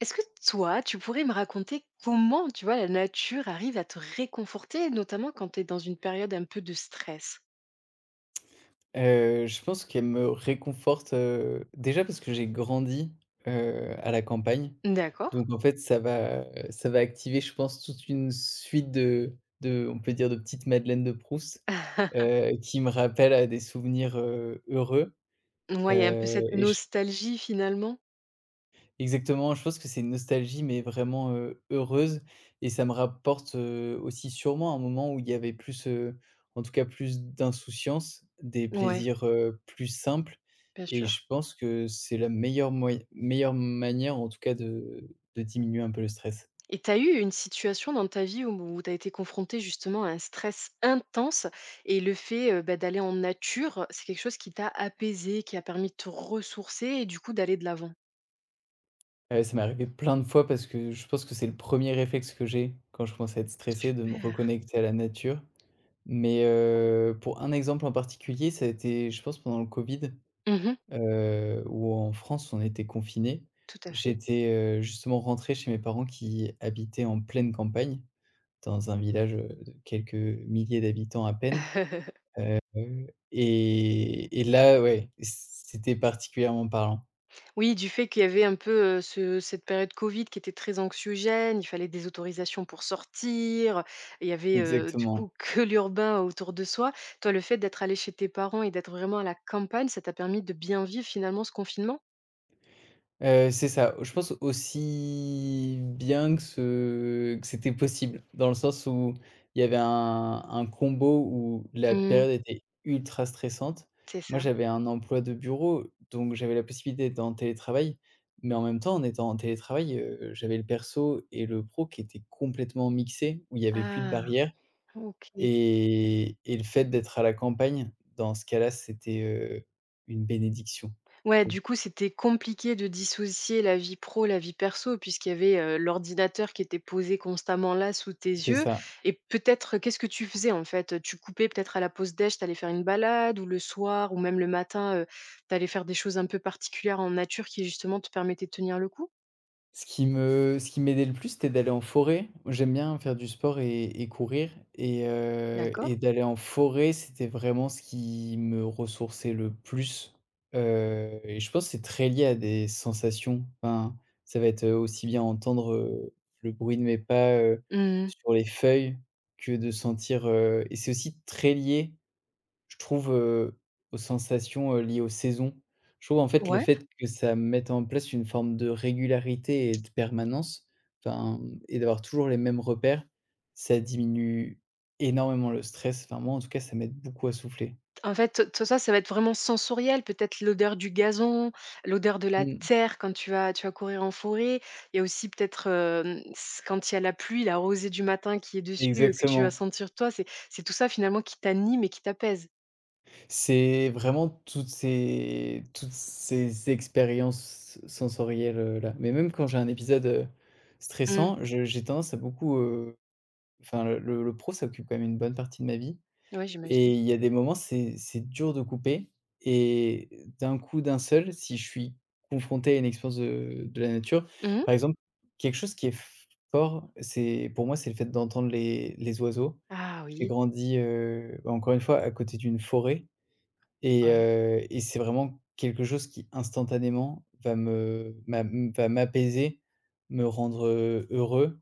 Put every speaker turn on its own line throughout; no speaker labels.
Est-ce que toi, tu pourrais me raconter comment, tu vois, la nature arrive à te réconforter, notamment quand tu es dans une période un peu de stress?
Je pense qu'elle me réconforte, déjà parce que j'ai grandi, à la campagne.
D'accord.
Donc en fait, ça va activer, je pense, toute une suite de on peut dire de petites madeleines de Proust, qui me rappellent à des souvenirs, heureux,
Ouais, il y a un peu
heu
cette
et
nostalgie finalement.
exactement, je pense que c'est une nostalgie, mais vraiment, heureuse, et ça me rapporte, aussi sûrement un moment où il y avait plus, en tout cas plus d'insouciance, des
Ouais,
plaisirs, plus simples,
bien
et
sûr.
je pense que c'est la meilleure manière, en tout cas, de diminuer un peu le stress.
Et tu as eu une situation dans ta vie où, tu as été confronté justement à un stress intense et le fait bah, d'aller en nature, c'est quelque chose qui t'a apaisé, qui a permis de te ressourcer et du coup d'aller de l'avant.
Ça m'est arrivé plein de fois parce que je pense que c'est le premier réflexe que j'ai quand je commence à être stressé, de me
Super.
reconnecter à la nature. Mais, pour un exemple en particulier, ça a été, je pense, pendant le covid,
Mhm,
où en France on était confinés.
tout à fait.
J'étais, justement rentré chez mes parents qui habitaient en pleine campagne, dans un village, de quelques milliers d'habitants à peine, heu et là, ouais, c'était particulièrement parlant.
Oui, du fait qu'il y avait un peu, ce cette période covid qui était très anxiogène, il fallait des autorisations pour sortir, il y avait, du
Exactement.
coup que l'urbain autour de soi. Toi, le fait d'être allé chez tes parents et d'être vraiment à la campagne, ça t'a permis de bien vivre finalement ce confinement?
C'est ça. Je pense aussi bien que ce que c'était possible, dans le sens où il y avait un combo où la
Mmh.
période était ultra stressante.
C'est
Moi,
ça.
j'avais un emploi de bureau, donc j'avais la possibilité d'être en télétravail, mais en même temps, en étant en télétravail, j'avais le perso et le pro qui étaient complètement mixés, où il y avait plus de
Ah!
barrières.
OK.
Et le fait d'être à la campagne, dans ce cas-là, c'était, une bénédiction.
Ouais,
Pou
du coup, c'était compliqué de dissocier la vie pro, la vie perso, puisqu'il y avait, l'ordinateur qui était posé constamment là, sous tes
C'est
yeux
ça.
et peut-être, qu'est-ce que tu faisais, en fait? Tu coupais peut-être à la pause déj, tu allais faire une balade ou le soir ou même le matin, tu allais faire des choses un peu particulières en nature qui justement te permettaient de tenir le coup?
Ce qui m'aidait le plus, c'était d'aller en forêt. J'aime bien faire du sport et courir, et heu
D'accord.
et d'aller en forêt, c'était vraiment ce qui me ressourçait le plus, et je pense que c'est très lié à des sensations. Enfin, ça va être, aussi bien entendre, le bruit de mes pas,
Mmh.
sur les feuilles, que de sentir. C'est aussi très lié, je trouve, aux sensations, liées aux saisons. Je trouve, en fait, le
Ouais.
fait que ça mette en place une forme de régularité et de permanence, enfin, et d'avoir toujours les mêmes repères, ça diminue énormément le stress. Enfin, moi, en tout cas, ça m'aide beaucoup à souffler.
En fait, tout ça, ça va être vraiment sensoriel, peut-être l'odeur du gazon, l'odeur de la
Mmh,
terre quand tu vas courir en forêt. Il y a aussi peut-être, hem, s quand il y a la pluie, la rosée du matin qui est dessus, que tu vas
exactement.
sentir toi. C'est tout ça finalement qui t'anime et qui t'apaise.
C'est vraiment toutes ces expériences sensorielles, là. Mais même quand j'ai un épisode,
Mmh.
stressant, je j'ai tendance à beaucoup, enfin, le pro, ça occupe quand même une bonne partie de ma vie.
Ouais, j'imagine.
Et il y a des moments, c'est dur de couper, et d'un coup, d'un seul, si je suis confronté à une expérience de la nature,
Mmh.
par exemple, quelque chose qui est f fort, c'est pour moi, c'est le fait d'entendre les oiseaux.
Ah
J'ai
oui,
grandi, bah, encore une fois, à côté d'une forêt, et
ouais.
heu et c'est vraiment quelque chose qui instantanément va m'apaiser, me rendre, heureux,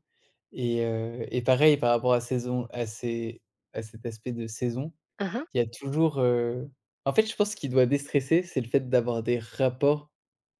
et pareil par rapport à cet aspect de saison.
Hein hein.
Il y a toujours, en fait, je pense qu'il doit déstresser, c'est le fait d'avoir des rapports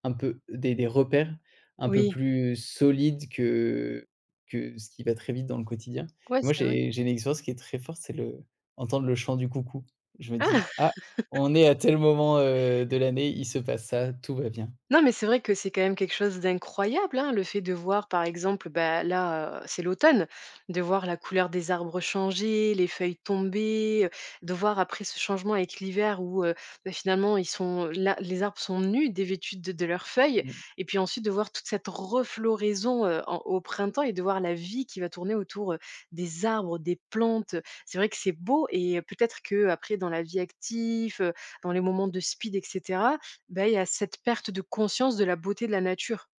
un peu des des repères un peu
Oui.
plus solides que ce qui va très vite dans le quotidien.
Ouais,
Moi,
c'est vrai.
j'ai une expérience qui est très forte, c'est le entendre le chant du coucou. Je me dis: «Ah, on est à tel moment, de l'année, il se passe ça, tout va bien».
Non, mais c'est vrai que c'est quand même quelque chose d'incroyable, hein, le fait de voir, par exemple, bah, là, c'est l'automne, de voir la couleur des arbres changer, les feuilles tomber, de voir après ce changement avec l'hiver où, bah, finalement ils sont là, les arbres sont nus, dévêtus de leurs feuilles
Mmh.
et puis ensuite de voir toute cette refloraison, en au printemps et de voir la vie qui va tourner autour, des arbres, des plantes. C'est vrai que c'est beau et peut-être que après dans la vie active, dans les moments de speed etc. Bah, il y a cette perte de conscience de la beauté de la nature.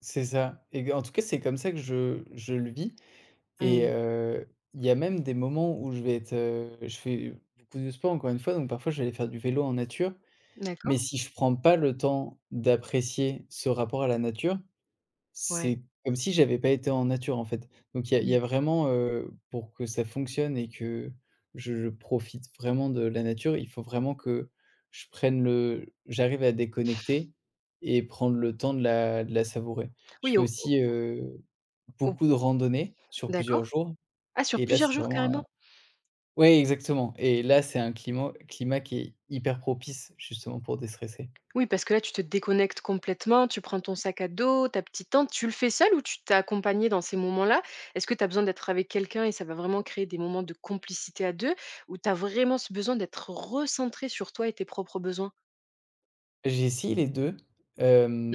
C'est ça, et en tout cas, c'est comme ça que je le vis.
Mmh.
Il y a même des moments où je vais être, je fais beaucoup de sport encore une fois, donc parfois je vais aller faire du vélo en nature, mais
D'accord?
si je prends pas le temps d'apprécier ce rapport à la nature,
Ouais.
c'est comme si j'avais pas été en nature, en fait. Donc il y a
Oui.
vraiment, pour que ça fonctionne et que je profite vraiment de la nature, il faut vraiment que je prenne le j'arrive à déconnecter et prendre le temps de la savourer. Je
Oui,
fais
au
aussi,
au
beaucoup de randonnées sur plusieurs
d'accord.
jours.
Ah, sur
Et là,
plusieurs
c'est
jours
vraiment,
carrément?
ouais, exactement, et là, c'est un climat qui est hyper propice justement pour déstresser.
Oui, parce que là, tu te déconnectes complètement, tu prends ton sac à dos, ta petite tente. Tu le fais seul ou tu t'es accompagné dans ces moments-là? Est-ce que tu as besoin d'être avec quelqu'un et ça va vraiment créer des moments de complicité à 2 ou tu as vraiment ce besoin d'être recentré sur toi et tes propres besoins?
J'ai essayé les 2.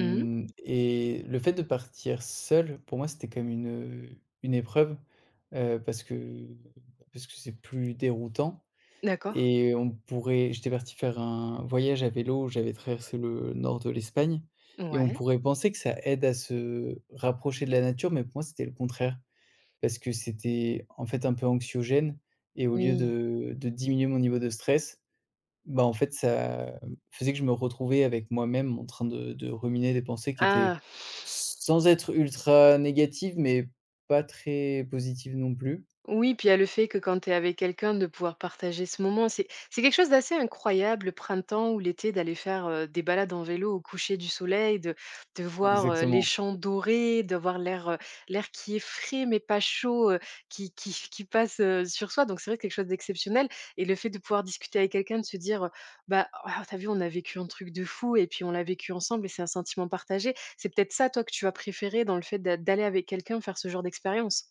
Mmh.
Et le fait de partir seul, pour moi, c'était comme une épreuve, parce que c'est plus déroutant,
D'accord.
et on pourrait j'étais parti faire un voyage à vélo, j'avais traversé le nord de l'Espagne, et on
Ouais.
pourrait penser que ça aide à se rapprocher de la nature, mais pour moi, c'était le contraire. Parce que c'était, en fait, un peu anxiogène, et au lieu
Oui.
de diminuer mon niveau de stress, bah, en fait, ça faisait que je me retrouvais avec moi-même en train de ruminer des pensées qui étaient
Ah!
sans être ultra négatives, mais pas très positives non plus.
Oui, puis il y a le fait que quand tu es avec quelqu'un, de pouvoir partager ce moment, c'est quelque chose d'assez incroyable, le printemps ou l'été, d'aller faire, des balades en vélo au coucher du soleil, de voir, les
Exactement.
champs dorés, d'avoir l'air, l'air qui est frais mais pas chaud, qui qui passe, sur soi, donc c'est vrai que quelque chose d'exceptionnel et le fait de pouvoir discuter avec quelqu'un, de se dire, «Bah, ah, tu vu, on a vécu un truc de fou et puis on l'a vécu ensemble et c'est un sentiment partagé». C'est peut-être ça, toi, que tu vas préférer dans le fait d'aller avec quelqu'un faire ce genre d'expérience?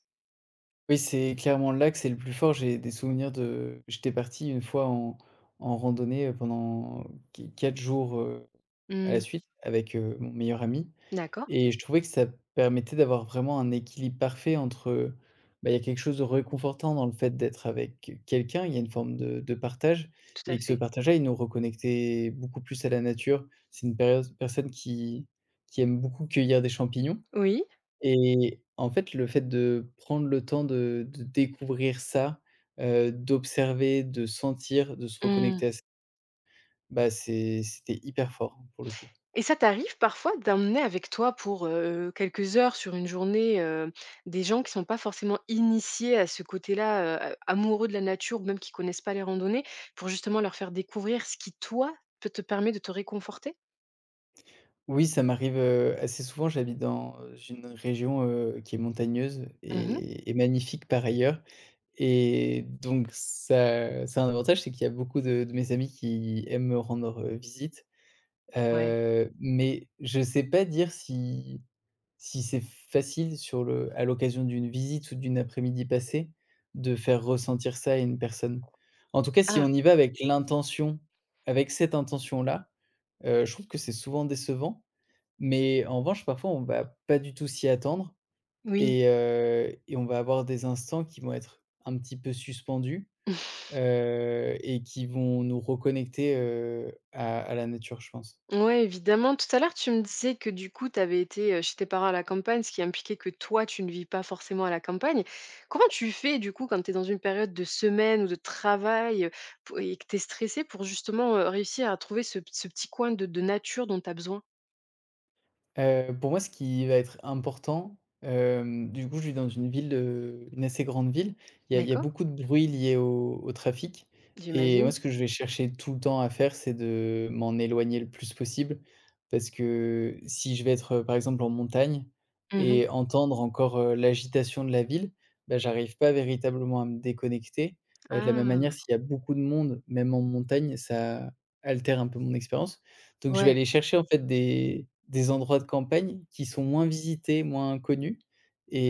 Oui, c'est clairement là que c'est le plus fort. J'ai des souvenirs de J'étais parti une fois en randonnée, pendant qu 4 jours, à la
Mmh,
suite, avec, mon meilleur ami,
d'accord.
et je trouvais que ça permettait d'avoir vraiment un équilibre parfait entre, bah, il y a quelque chose de réconfortant dans le fait d'être avec quelqu'un. Il y a une forme de partage,
Tout à
et que ce
fait.
partage-là, il nous reconnectait beaucoup plus à la nature. C'est une période personne qui aime beaucoup cueillir des champignons,
Oui.
et en fait, le fait de prendre le temps de découvrir ça, d'observer, de sentir, de se
Mmh.
reconnecter à ça, bah, c'était hyper fort, hein, pour le coup.
Et ça t'arrive parfois d'emmener avec toi pour, quelques heures sur une journée, des gens qui sont pas forcément initiés à ce côté-là, a amoureux de la nature ou même qui connaissent pas les randonnées, pour justement leur faire découvrir ce qui toi, peut te permet de te réconforter?
Oui, ça m'arrive, assez souvent. J'habite dans une région, qui est montagneuse
Mmh.
et magnifique par ailleurs, et donc ça a un avantage, c'est qu'il y a beaucoup de mes amis qui aiment me rendre, visite,
Ouais.
mais je sais pas dire si c'est facile sur le à l'occasion d'une visite ou d'une après-midi passée, de faire ressentir ça à une personne. En tout cas, si
Ah,
on y va avec cette intention-là, je trouve que c'est souvent décevant, mais en revanche, parfois, on va pas du tout s'y attendre,
oui.
et on va avoir des instants qui vont être un petit peu suspendus, qui vont nous reconnecter, à la nature, je pense.
Ouais, évidemment. Tout à l'heure, tu me disais que du coup, tu avais été chez tes parents à la campagne, ce qui impliquait que toi, tu ne vis pas forcément à la campagne. Comment tu fais du coup quand tu es dans une période de semaine ou de travail et que tu es stressé pour justement réussir à trouver ce, ce petit coin de nature dont tu as besoin.
Pour moi, ce qui va être important, du coup, je vis dans une ville, une assez grande ville. Il y a
D'accord,
beaucoup de bruit lié au trafic, et moi,
j'imagine?
ce que je vais chercher tout le temps à faire, c'est de m'en éloigner le plus possible, parce que si je vais être, par exemple, en montagne,
Mhm.
et entendre encore, l'agitation de la ville, bah, j'arrive pas véritablement à me déconnecter. De la même manière,
Ah,
s'il y a beaucoup de monde, même en montagne, ça altère un peu mon expérience. Donc je vais
ouais.
aller chercher en fait des endroits de campagne qui sont moins visités, moins connus,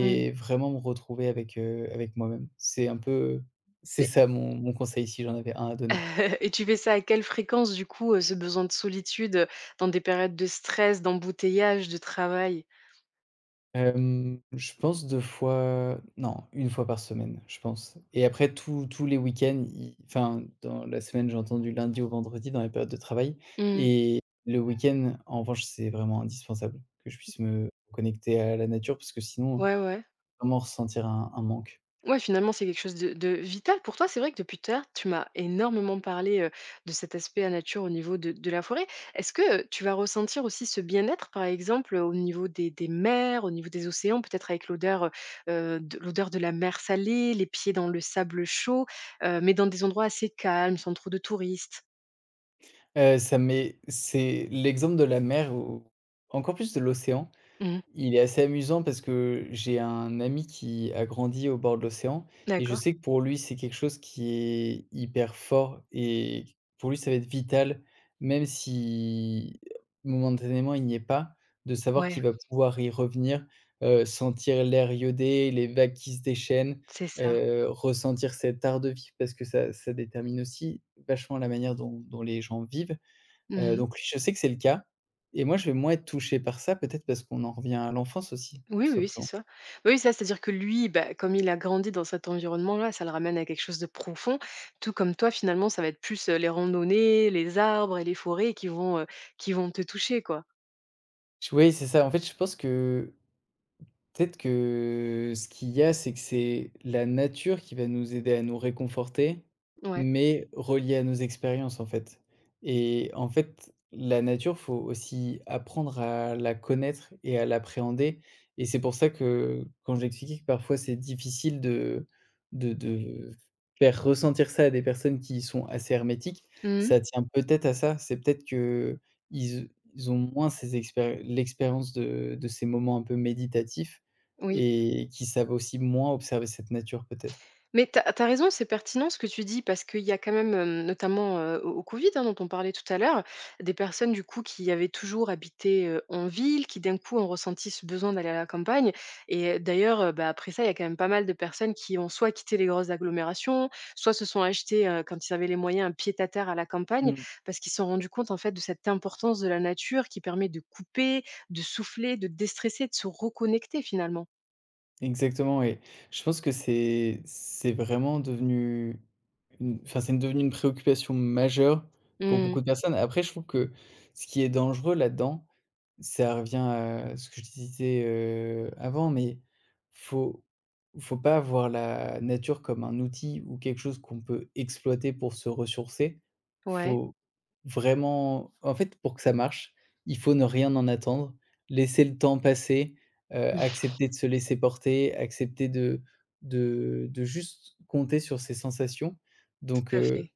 Mm.
vraiment me retrouver, avec, avec moi-même. C'est un peu C'est
Et
ça mon conseil, si j'en avais un à donner.
et tu fais ça à quelle fréquence du coup, ce besoin de solitude dans des périodes de stress, d'embouteillage, de travail?
Je pense 2 fois, non, une fois par semaine, je pense, et après tous les week-ends, i enfin dans la semaine, j'entends du lundi au vendredi dans les périodes de travail,
Mm.
et le week-end, en revanche, c'est vraiment indispensable que je puisse me connecter à la nature, parce que sinon,
Ouais, ouais.
vraiment ressentir un manque.
Ouais, finalement, c'est quelque chose de vital pour toi. C'est vrai que depuis tout à l'heure, tu m'as énormément parlé, de cet aspect à nature au niveau de la forêt. Est-ce que, tu vas ressentir aussi ce bien-être, par exemple, au niveau des mers, au niveau des océans, peut-être avec l'odeur, de l'odeur de la mer salée, les pieds dans le sable chaud, mais dans des endroits assez calmes, sans trop de touristes?
Ça m'est C'est l'exemple de la mer ou encore plus de l'océan.
Mmh.
Il est assez amusant parce que j'ai un ami qui a grandi au bord de l'océan, et je
D'accord.
sais que pour lui, c'est quelque chose qui est hyper fort, et pour lui, ça va être vital, même si, momentanément, il n'y est pas, de savoir
Ouais,
qu'il va pouvoir y revenir, sentir l'air iodé, les vagues qui se déchaînent,
c'est ça.
ressentir cet art de vivre, parce que ça détermine aussi vachement la manière dont les gens vivent.
Mmh.
Donc lui, je sais que c'est le cas, et moi, je vais moins être touché par ça, peut-être parce qu'on en revient à l'enfance aussi,
Oui,
tout
oui, oui, c'est
simplement.
ça. Oui, ça, c'est-à-dire que lui, bah, comme il a grandi dans cet environnement-là, ça le ramène à quelque chose de profond. Tout comme toi, finalement, ça va être plus les randonnées, les arbres et les forêts qui vont te toucher, quoi.
Je Oui, c'est ça. En fait, je pense que Peut-être que ce qu'il y a, c'est que c'est la nature qui va nous aider à nous réconforter,
Ouais.
mais reliée à nos expériences, en fait. Et en fait, la nature, faut aussi apprendre à la connaître et à l'appréhender. Et c'est pour ça que, quand j'expliquais que parfois c'est difficile de faire ressentir ça à des personnes qui sont assez hermétiques,
Mhm.
ça tient peut-être à ça. C'est peut-être que ils, ils ont moins l'expérience de ces moments un peu méditatifs,
Oui.
et qui savent aussi moins observer cette nature, peut-être.
Mais tu as raison, c'est pertinent ce que tu dis parce qu'il y a quand même, notamment, au Covid, hein, dont on parlait tout à l'heure, des personnes du coup qui avaient toujours habité, en ville, qui d'un coup ont ressenti ce besoin d'aller à la campagne et d'ailleurs, bah, après ça, il y a quand même pas mal de personnes qui ont soit quitté les grosses agglomérations, soit se sont achetées, quand ils avaient les moyens, un pied-à-terre à la campagne
Mmh.
parce qu'ils se sont rendus compte en fait de cette importance de la nature qui permet de couper, de souffler, de déstresser, de se reconnecter finalement.
Exactement, et je pense que c'est vraiment devenu c'est devenu une préoccupation majeure pour
Mmh.
beaucoup de personnes. Après, je trouve que ce qui est dangereux là-dedans, ça revient à ce que je disais, avant. Mais faut faut pas voir la nature comme un outil ou quelque chose qu'on peut exploiter pour se ressourcer.
Ouais,
Faut vraiment En fait, pour que ça marche, il faut ne rien en attendre, laisser le temps passer. Accepter de se laisser porter, accepter de juste compter sur ses sensations. Donc
tout à
heu,
fait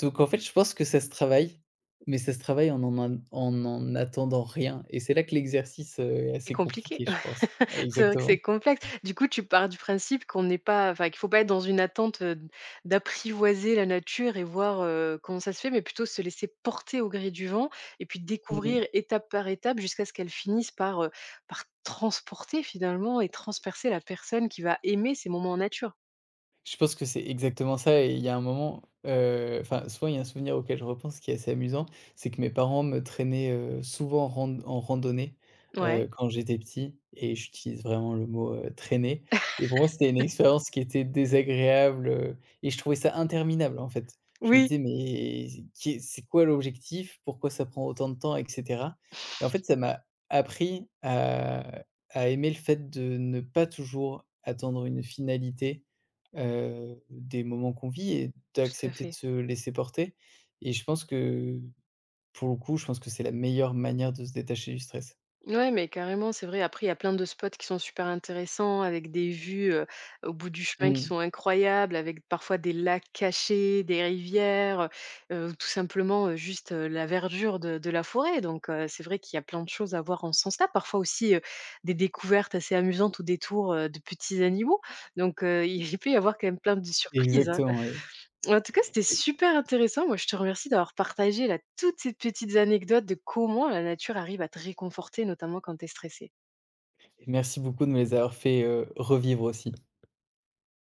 donc en fait, je pense que ça se travaille, mais ça se travaille en n'en attendant rien, et c'est là que l'exercice, est
et
assez
compliqué.
compliqué, je pense. Ouais,
C'est vrai que
exactement.
c'est complexe. Du coup, tu pars du principe qu'on n'est pas enfin, qu'il faut pas être dans une attente, d'apprivoiser la nature et voir, comment ça se fait, mais plutôt se laisser porter au gré du vent et puis
Mmh.
découvrir étape par étape jusqu'à ce qu'elle finisse par, par transporter finalement et transpercer la personne qui va aimer ces moments en nature.
Je pense que c'est exactement ça, et il y a un moment, enfin, souvent, il y a un souvenir auquel je repense qui est assez amusant, c'est que mes parents me traînaient, souvent en randonnée,
Ouais.
quand j'étais petit, et j'utilise vraiment le mot, «traîner», et pour moi, c'était une expérience qui était désagréable, je trouvais ça interminable, en fait. Je me
Oui,
disais: «Mais qui c'est quoi l'objectif? Pourquoi ça prend autant de temps ?» et cetera, et en fait, ça m'a appris à aimer le fait de ne pas toujours attendre une finalité, des moments qu'on vit, et
tout à
d'accepter de
fait.
se laisser porter, et je pense que, je pense que c'est la meilleure manière de se détacher du stress.
Ouais, mais carrément, c'est vrai. Après, il y a plein de spots qui sont super intéressants avec des vues, au bout du chemin qui
Mmh.
sont incroyables, avec parfois des lacs cachés, des rivières, tout simplement, juste, la verdure de la forêt. Donc, c'est vrai qu'il y a plein de choses à voir en ce sens-là. Parfois aussi, des découvertes assez amusantes au détour, de petits animaux. Donc, il peut y avoir quand même plein de surprises, hein.
Exactement, oui.
En tout cas, c'était super intéressant. Moi, je te remercie d'avoir partagé là, toutes ces petites anecdotes de comment la nature arrive à te réconforter, notamment quand tu es stressé.
Et merci beaucoup de me les avoir fait, revivre aussi.